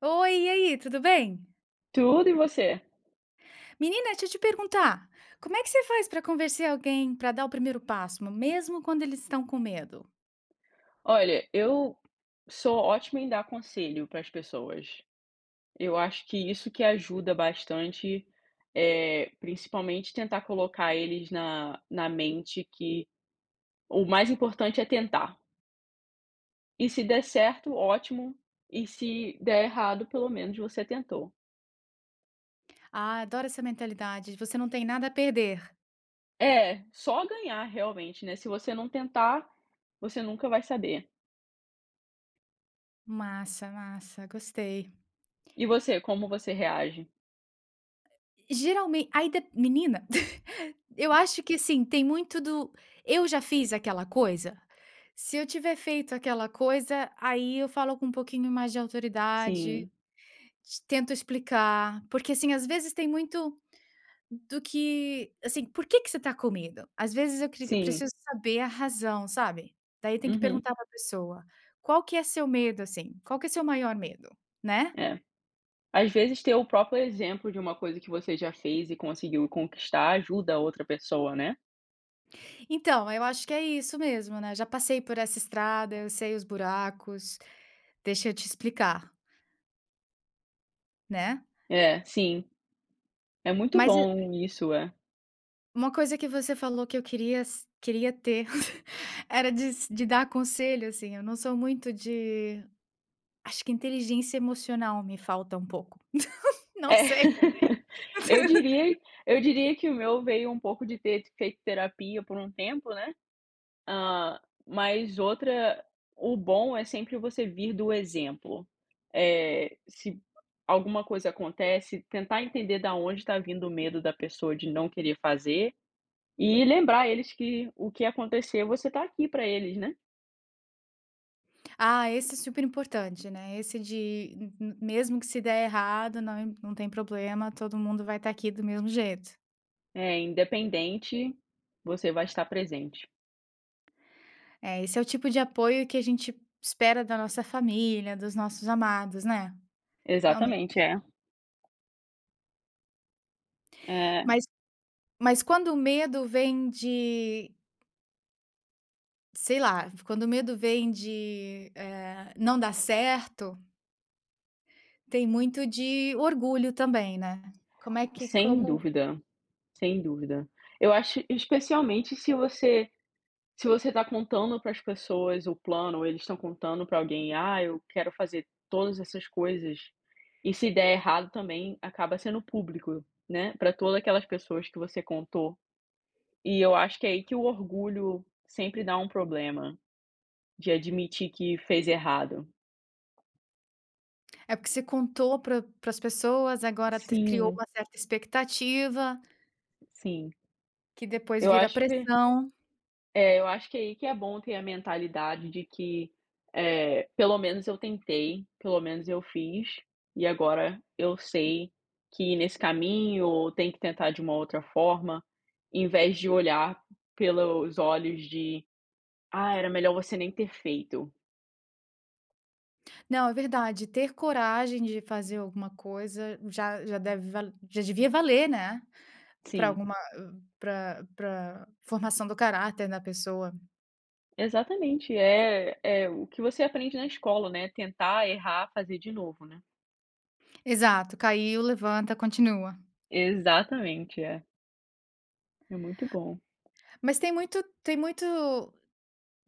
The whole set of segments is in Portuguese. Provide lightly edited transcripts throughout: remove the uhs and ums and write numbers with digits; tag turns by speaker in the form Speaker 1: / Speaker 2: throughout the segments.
Speaker 1: Oi, e aí, tudo bem?
Speaker 2: Tudo e você?
Speaker 1: Menina, deixa eu te perguntar, como é que você faz para convencer alguém para dar o primeiro passo, mesmo quando eles estão com medo?
Speaker 2: Olha, eu sou ótima em dar conselho para as pessoas. Eu acho que isso que ajuda bastante, é principalmente tentar colocar eles na mente que o mais importante é tentar. E se der certo, ótimo, e se der errado, pelo menos você tentou.
Speaker 1: Ah, adoro essa mentalidade, você não tem nada a perder.
Speaker 2: É, só ganhar realmente, né, se você não tentar, você nunca vai saber.
Speaker 1: Massa, massa, gostei.
Speaker 2: E você, como você reage?
Speaker 1: Geralmente, aí, menina, eu acho que assim, tem muito do eu já fiz aquela coisa. Se eu tiver feito aquela coisa, aí eu falo com um pouquinho mais de autoridade,
Speaker 2: Sim,
Speaker 1: tento explicar, porque assim, às vezes tem muito do que, assim, por que que você tá com medo? Às vezes eu
Speaker 2: sim,
Speaker 1: preciso saber a razão, sabe. Daí tem que
Speaker 2: uhum,
Speaker 1: perguntar pra pessoa: "Qual que é seu medo, assim? Qual que é seu maior medo?", né.
Speaker 2: é. Às vezes ter o próprio exemplo de uma coisa que você já fez e conseguiu conquistar ajuda a outra pessoa, né.
Speaker 1: Então, eu acho que é isso mesmo, né, já passei por essa estrada, eu sei os buracos, deixa eu te explicar, né.
Speaker 2: É, sim, é muito
Speaker 1: Mas e
Speaker 2: bom isso, é.
Speaker 1: uma coisa que você falou que eu queria s queria ter, era de dar conselho, assim, eu não sou muito de acho que inteligência emocional me falta um pouco, não
Speaker 2: É.
Speaker 1: sei.
Speaker 2: Eu diria eu diria que o meu veio um pouco de ter feito terapia por um tempo, né. Ah, mas outra, o bom é sempre você vir do exemplo. É, se alguma coisa acontece, tentar entender da onde está vindo o medo da pessoa de não querer fazer. E lembrar eles que o que acontecer, você tá aqui para eles, né.
Speaker 1: Ah, esse é super importante, né? Esse de mesmo que se der errado, não, não tem problema, todo mundo vai estar aqui do mesmo jeito.
Speaker 2: É, independente, você vai estar presente.
Speaker 1: É, esse é o tipo de apoio que a gente espera da nossa família, dos nossos amados, né? Realmente.
Speaker 2: Exatamente, é. É,
Speaker 1: Mas, mas quando o medo vem de, sei lá, quando o medo vem de não dar certo, tem muito de orgulho também, né? Como é que,
Speaker 2: sem
Speaker 1: como,
Speaker 2: dúvida, sem dúvida. Eu acho especialmente se você tá contando para as pessoas o plano, ou eles estão contando para alguém: "Ah, eu quero fazer todas essas coisas", e se der errado também, acaba sendo público, né, para todas aquelas pessoas que você contou. E eu acho que é aí que o orgulho sempre dá um problema. De admitir que fez errado.
Speaker 1: é porque você contou para as pessoas, agora criou
Speaker 2: Sim,
Speaker 1: uma certa expectativa,
Speaker 2: sim.
Speaker 1: que depois
Speaker 2: Eu
Speaker 1: vira
Speaker 2: acho que
Speaker 1: pressão.
Speaker 2: eu acho que é aí que é bom ter a mentalidade de que, pelo menos eu tentei, pelo menos eu fiz, e agora eu sei que ir nesse caminho ou tem que tentar de uma outra forma, em vez de olhar pelos olhos de: "Ah, era melhor você nem ter feito".
Speaker 1: Não, é verdade, ter coragem de fazer alguma coisa já já deve val já devia valer, né, para
Speaker 2: Sim,
Speaker 1: alguma para formação do caráter da pessoa.
Speaker 2: exatamente. É o que você aprende na escola, né, tentar, errar, fazer de novo, né.
Speaker 1: Exato, caiu, levanta, continua.
Speaker 2: Exatamente, é. É muito bom.
Speaker 1: Mas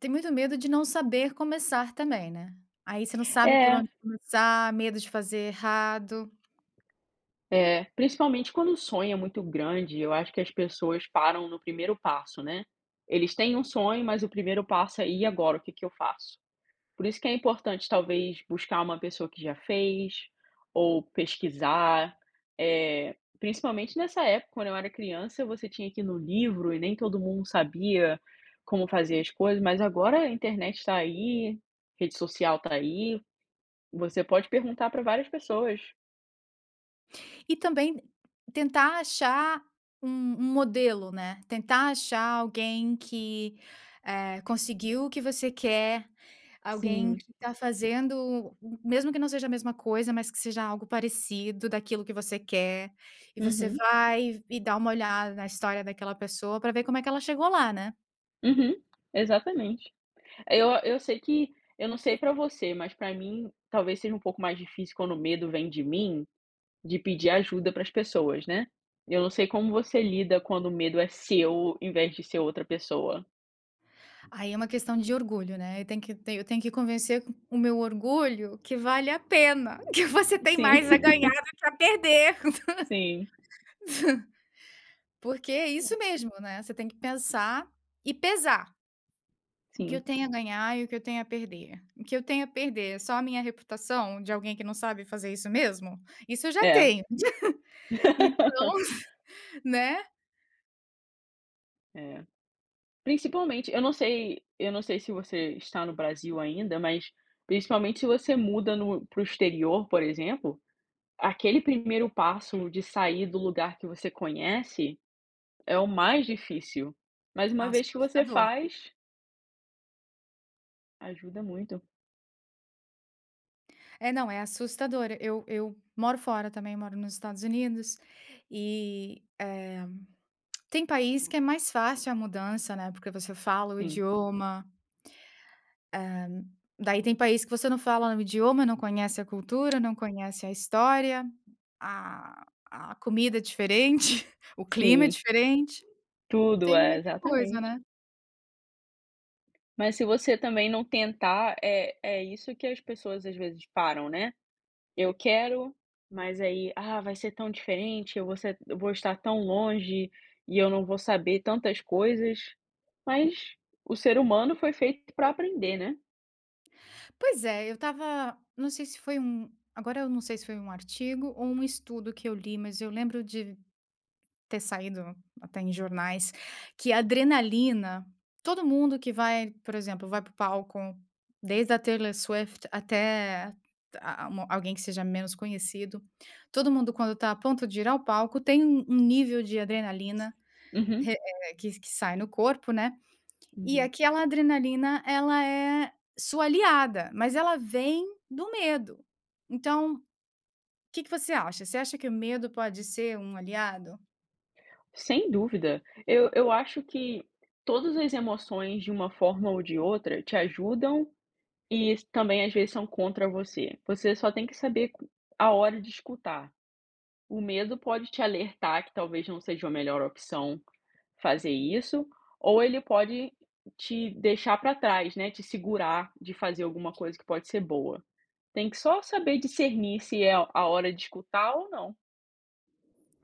Speaker 1: tem muito medo de não saber começar também, né. Aí você não sabe por
Speaker 2: É,
Speaker 1: onde começar, medo de fazer errado.
Speaker 2: é, principalmente quando o sonho é muito grande, eu acho que as pessoas param no primeiro passo, né. Eles têm um sonho, mas o primeiro passo é: "E agora, o que que eu faço?". Por isso que é importante talvez buscar uma pessoa que já fez, ou pesquisar. É principalmente nessa época, quando eu era criança, você tinha que ir no livro e nem todo mundo sabia como fazer as coisas, mas agora a internet está aí, rede social está aí, você pode perguntar para várias pessoas.
Speaker 1: E também tentar achar um modelo, né, tentar achar alguém que, conseguiu o que você quer, alguém
Speaker 2: Sim.
Speaker 1: que está fazendo, mesmo que não seja a mesma coisa, mas que seja algo parecido daquilo que você quer, e você
Speaker 2: Uhum.
Speaker 1: vai e dá uma olhada na história daquela pessoa para ver como é que ela chegou lá, né.
Speaker 2: Uhum. Exatamente. Eu sei que eu não sei pra você, mas pra mim talvez seja um pouco mais difícil quando o medo vem de mim, de pedir ajuda para as pessoas, né. Eu não sei como você lida quando o medo é seu, em vez de ser outra pessoa.
Speaker 1: Aí é uma questão de orgulho, né, eu tenho que convencer o meu orgulho que vale a pena, que você tem
Speaker 2: Sim,
Speaker 1: mais a ganhar do que a perder.
Speaker 2: sim,
Speaker 1: Porque é isso mesmo, né, você tem que pensar e pesar o que eu
Speaker 2: sim.
Speaker 1: tenho a ganhar e o que eu tenho a perder. O que eu tenho a perder é só a minha reputação de alguém que não sabe fazer isso mesmo? Isso eu já
Speaker 2: É.
Speaker 1: tenho. Então, né,
Speaker 2: É. Principalmente eu não sei se você está no Brasil ainda, mas principalmente se você muda no para o exterior, por exemplo. Aquele primeiro passo de sair do lugar que você conhece é o mais difícil, mas uma vez que você
Speaker 1: assustador.
Speaker 2: faz, ajuda muito.
Speaker 1: É, não, é assustador. Eu moro fora também, moro nos Estados Unidos e, tem país que é mais fácil a mudança, né, porque você fala o
Speaker 2: Sim,
Speaker 1: idioma, daí tem país que você não fala o idioma, não conhece a cultura, não conhece a história. A comida é diferente, o clima é
Speaker 2: sim,
Speaker 1: diferente,
Speaker 2: tudo,
Speaker 1: tem
Speaker 2: é,
Speaker 1: muita coisa,
Speaker 2: exatamente.
Speaker 1: né.
Speaker 2: Mas se você também não tentar, é isso que as pessoas às vezes param, né. Eu quero, mas aí: "Ah, vai ser tão diferente, eu vou estar tão longe e eu não vou saber tantas coisas", mas o ser humano foi feito para aprender, né.
Speaker 1: Pois é, eu estava não sei se foi um agora eu não sei se foi um artigo ou um estudo que eu li, mas eu lembro de ter saído até em jornais, que a adrenalina todo mundo que vai, por exemplo, vai para o palco, desde a Taylor Swift até a uma alguém que seja menos conhecido, todo mundo quando está a ponto de ir ao palco tem um nível de adrenalina
Speaker 2: Uhum,
Speaker 1: que sai no corpo, né. E
Speaker 2: uhum.
Speaker 1: aquela adrenalina, ela é sua aliada, mas ela vem do medo. Então, o que que você acha? Você acha que o medo pode ser um aliado?
Speaker 2: Sem dúvida. Eu acho que todas as emoções, de uma forma ou de outra, te ajudam e também, às vezes, são contra você. Você só tem que saber co a hora de escutar. O medo pode te alertar que talvez não seja a melhor opção fazer isso, ou ele pode te deixar para trás, né, te segurar de fazer alguma coisa que pode ser boa. Tem que só saber discernir se é a hora de escutar ou não.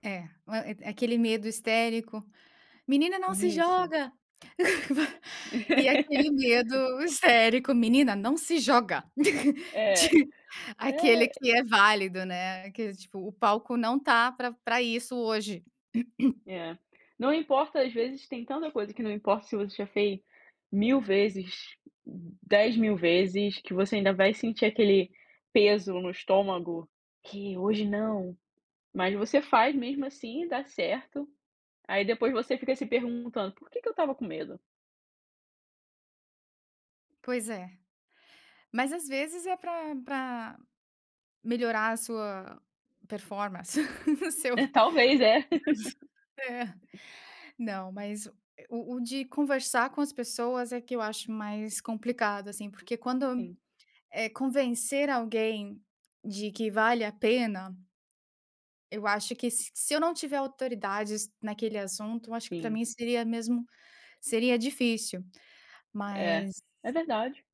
Speaker 1: É, a aquele medo histérico: "Menina, não se
Speaker 2: Isso.
Speaker 1: joga!" E aquele medo histérico: "Menina, não se joga!"
Speaker 2: É.
Speaker 1: Ti aquele
Speaker 2: É,
Speaker 1: que é válido, né, que tipo: "O palco não tá pra isso hoje".
Speaker 2: É. Não importa, às vezes tem tanta coisa que não importa se você já fez 1000 vezes, 10.000 vezes, que você ainda vai sentir aquele peso no estômago, que hoje não, mas você faz mesmo assim dá certo. Aí depois você fica se perguntando: "Por que que eu tava com medo?".
Speaker 1: Pois é. Mas às vezes é pra melhorar a sua performance, o seu
Speaker 2: Talvez, é.
Speaker 1: é. Não, mas o de conversar com as pessoas é que eu acho mais complicado, assim, porque quando,
Speaker 2: Sim,
Speaker 1: é convencer alguém de que vale a pena, eu acho que se eu não tiver autoridade naquele assunto, eu acho que para
Speaker 2: sim.
Speaker 1: mim seria mesmo seria difícil.
Speaker 2: É,
Speaker 1: Mas
Speaker 2: é verdade.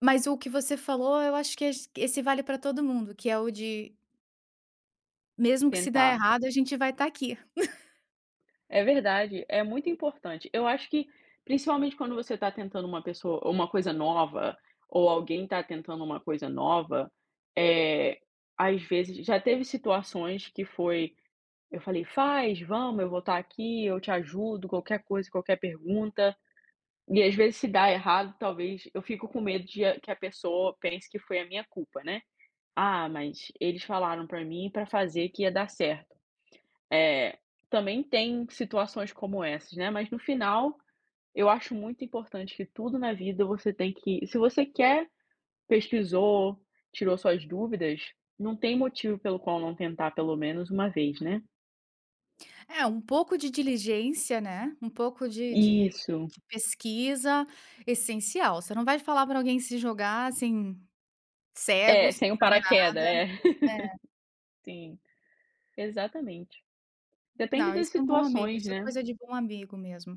Speaker 1: mas o que você falou, eu acho que esse vale para todo mundo, que é o de mesmo que se
Speaker 2: Tentar.
Speaker 1: der errado, a gente vai estar aqui.
Speaker 2: É verdade, é muito importante. Eu acho que, principalmente quando você está tentando uma pessoa uma coisa nova, ou alguém está tentando uma coisa nova, eh, às vezes já teve situações que foi eu falei: "Faz, vamos, eu vou estar aqui, eu te ajudo, qualquer coisa, qualquer pergunta". E às vezes se dá errado, talvez eu fico com medo de a que a pessoa pense que foi a minha culpa, né. "Ah, mas eles falaram para mim para fazer que ia dar certo". É, também tem situações como essas, né, mas no final, eu acho muito importante que tudo na vida você tem que se você quer, pesquisou, tirou suas dúvidas, não tem motivo pelo qual não tentar pelo menos uma vez, né.
Speaker 1: É, um pouco de diligência, né, um pouco
Speaker 2: Isso.
Speaker 1: de pesquisa essencial, você não vai falar para alguém se jogar, assim,
Speaker 2: É,
Speaker 1: cego, sem
Speaker 2: sem o
Speaker 1: saber nada
Speaker 2: paraqueda, é.
Speaker 1: é,
Speaker 2: Sim, exatamente. Depende
Speaker 1: não,
Speaker 2: das
Speaker 1: isso é um bom amigo,
Speaker 2: situações,
Speaker 1: isso é
Speaker 2: né.
Speaker 1: coisa de bom amigo mesmo.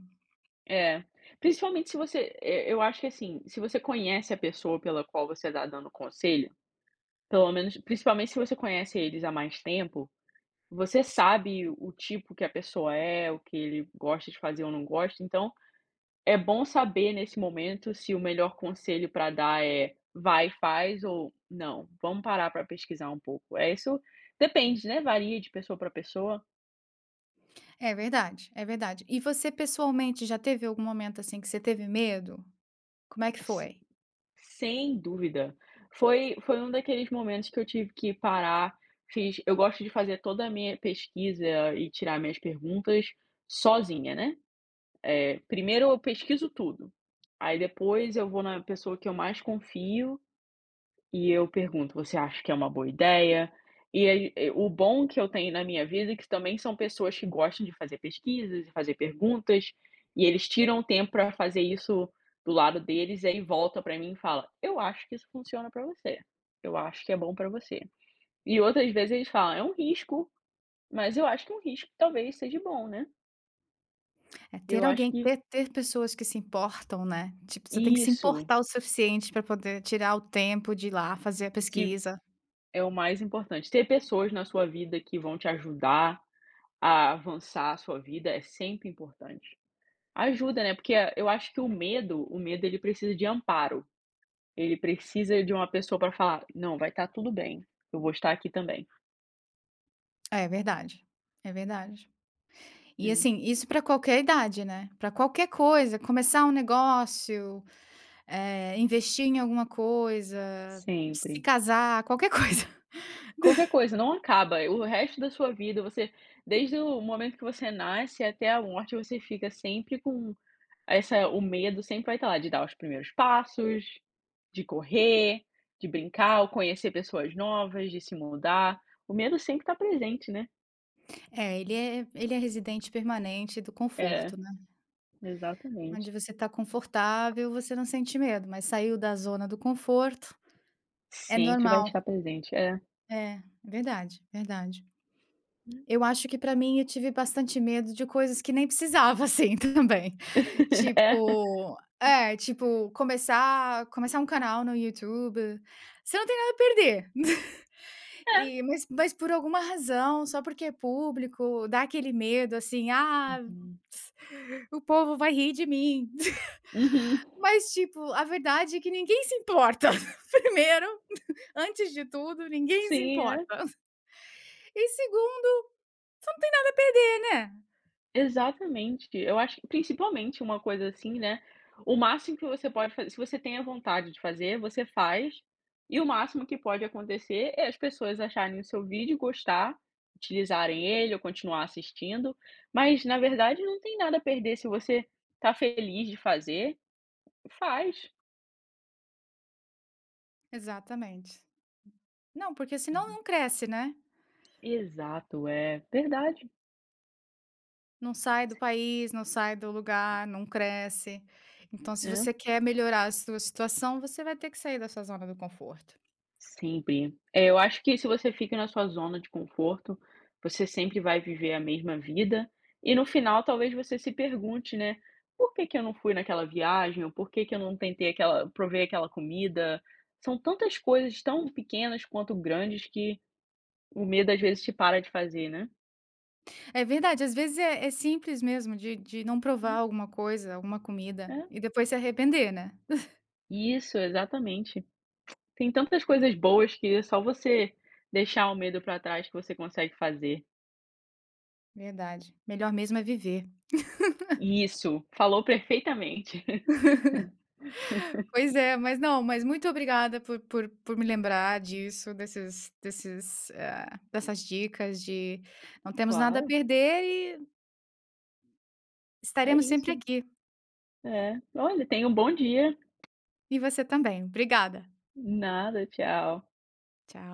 Speaker 2: É. Principalmente se você e eu acho que, assim, se você conhece a pessoa pela qual você está dando conselho, pelo menos principalmente se você conhece eles há mais tempo, você sabe o tipo que a pessoa é, o que ele gosta de fazer ou não gosta, então é bom saber nesse momento se o melhor conselho para dar é: "Vai, faz" ou "Não, vamos parar para pesquisar um pouco". É isso, depende, né, varia de pessoa para pessoa.
Speaker 1: É verdade, é verdade. E você pessoalmente já teve algum momento, assim, que você teve medo? Como é que
Speaker 2: S
Speaker 1: foi?
Speaker 2: sem dúvida. Foi um daqueles momentos que eu tive que parar, fiz, eu gosto de fazer toda a minha pesquisa e tirar minhas perguntas sozinha, né. É, primeiro eu pesquiso tudo, aí depois eu vou na pessoa que eu mais confio e eu pergunto: "Você acha que é uma boa ideia?". E aí, o bom que eu tenho na minha vida é que também são pessoas que gostam de fazer pesquisas e fazer perguntas, e eles tiram o tempo para fazer isso do lado deles, e aí volta para mim e fala: "Eu acho que isso funciona para você, eu acho que é bom para você". E outras vezes eles falam: "É um risco, mas eu acho que um risco talvez seja bom, né".
Speaker 1: É ter
Speaker 2: Eu acho
Speaker 1: alguém
Speaker 2: que
Speaker 1: ter pessoas que se importam, né, tipo, você tem que se
Speaker 2: isso,
Speaker 1: importar o suficiente para poder tirar o tempo de ir lá fazer a
Speaker 2: de
Speaker 1: pesquisa.
Speaker 2: é o mais importante. Ter pessoas na sua vida que vão te ajudar a avançar a sua vida é sempre importante. Ajuda, né, porque eu acho que o medo ele precisa de amparo, ele precisa de uma pessoa para falar: "Não, vai estar tudo bem, eu vou estar aqui também",
Speaker 1: É verdade, é verdade. E
Speaker 2: né.
Speaker 1: assim, isso para qualquer idade, né, para qualquer coisa, começar um negócio, investir em alguma coisa,
Speaker 2: Sempre.
Speaker 1: se casar, qualquer coisa.
Speaker 2: Qualquer coisa, não acaba, o resto da sua vida você desde o momento que você nasce até a morte, você fica sempre com essa, o medo sempre vai estar lá, de dar os primeiros passos, de correr, de brincar ou conhecer pessoas novas, de se mudar. O medo sempre está presente, né.
Speaker 1: É, ele é residente permanente do
Speaker 2: É,
Speaker 1: conforto, né,
Speaker 2: exatamente.
Speaker 1: onde você está confortável, você não sente medo, mas saiu da zona do conforto, é
Speaker 2: Sempre vai
Speaker 1: normal.
Speaker 2: estar presente. É.
Speaker 1: É, verdade, verdade. Eu acho que pra mim eu tive bastante medo de coisas que nem precisava assim também.
Speaker 2: É.
Speaker 1: Tipo, começar um canal no YouTube, você não tem nada a perder.
Speaker 2: É.
Speaker 1: E mas por alguma razão, só porque é público, dá aquele medo assim: "Ah,
Speaker 2: Uhum.
Speaker 1: o povo vai rir de mim".
Speaker 2: Uhum.
Speaker 1: Mas, tipo, a verdade é que ninguém se importa. Primeiro, antes de tudo, ninguém se
Speaker 2: Sim, é.
Speaker 1: importa. E segundo, nada a perder, né?
Speaker 2: Exatamente. Eu acho que principalmente uma coisa assim, né, o máximo que você pode fazer se você tem a vontade de fazer, você faz, e o máximo que pode acontecer é as pessoas acharem o seu vídeo, gostar, utilizarem ele ou continuar assistindo, mas na verdade não tem nada a perder se você tá feliz de fazer, faz.
Speaker 1: Exatamente. Não, porque senão
Speaker 2: Uhum.
Speaker 1: não cresce, né.
Speaker 2: Exato, é verdade.
Speaker 1: Não sai do país, não sai do lugar, não cresce. Então se
Speaker 2: É.
Speaker 1: você quer melhorar a sua situação, você vai ter que sair da sua zona do conforto.
Speaker 2: Sempre. É, eu acho que se você fica na sua zona de conforto, você sempre vai viver a mesma vida e no final talvez você se pergunte, né: "Por que que eu não fui naquela viagem? Ou por que que eu não tentei aquela provei aquela comida?". São tantas coisas tão pequenas quanto grandes que o medo às vezes te para de fazer, né.
Speaker 1: É verdade, às vezes é é simples mesmo de não provar
Speaker 2: Hum,
Speaker 1: alguma coisa, alguma comida,
Speaker 2: é.
Speaker 1: e depois se arrepender, né.
Speaker 2: Isso, exatamente. Tem tantas coisas boas que é só você deixar o medo para trás que você consegue fazer.
Speaker 1: Verdade, melhor mesmo é viver.
Speaker 2: Isso, falou perfeitamente.
Speaker 1: Pois é, mas não, mas muito obrigada por me lembrar disso, dessas dicas de não temos nada a
Speaker 2: Claro.
Speaker 1: perder e
Speaker 2: É
Speaker 1: estaremos sempre
Speaker 2: isso.
Speaker 1: aqui.
Speaker 2: É. Olha, tenha um bom dia.
Speaker 1: E você também. Obrigada.
Speaker 2: Nada, tchau.
Speaker 1: Tchau.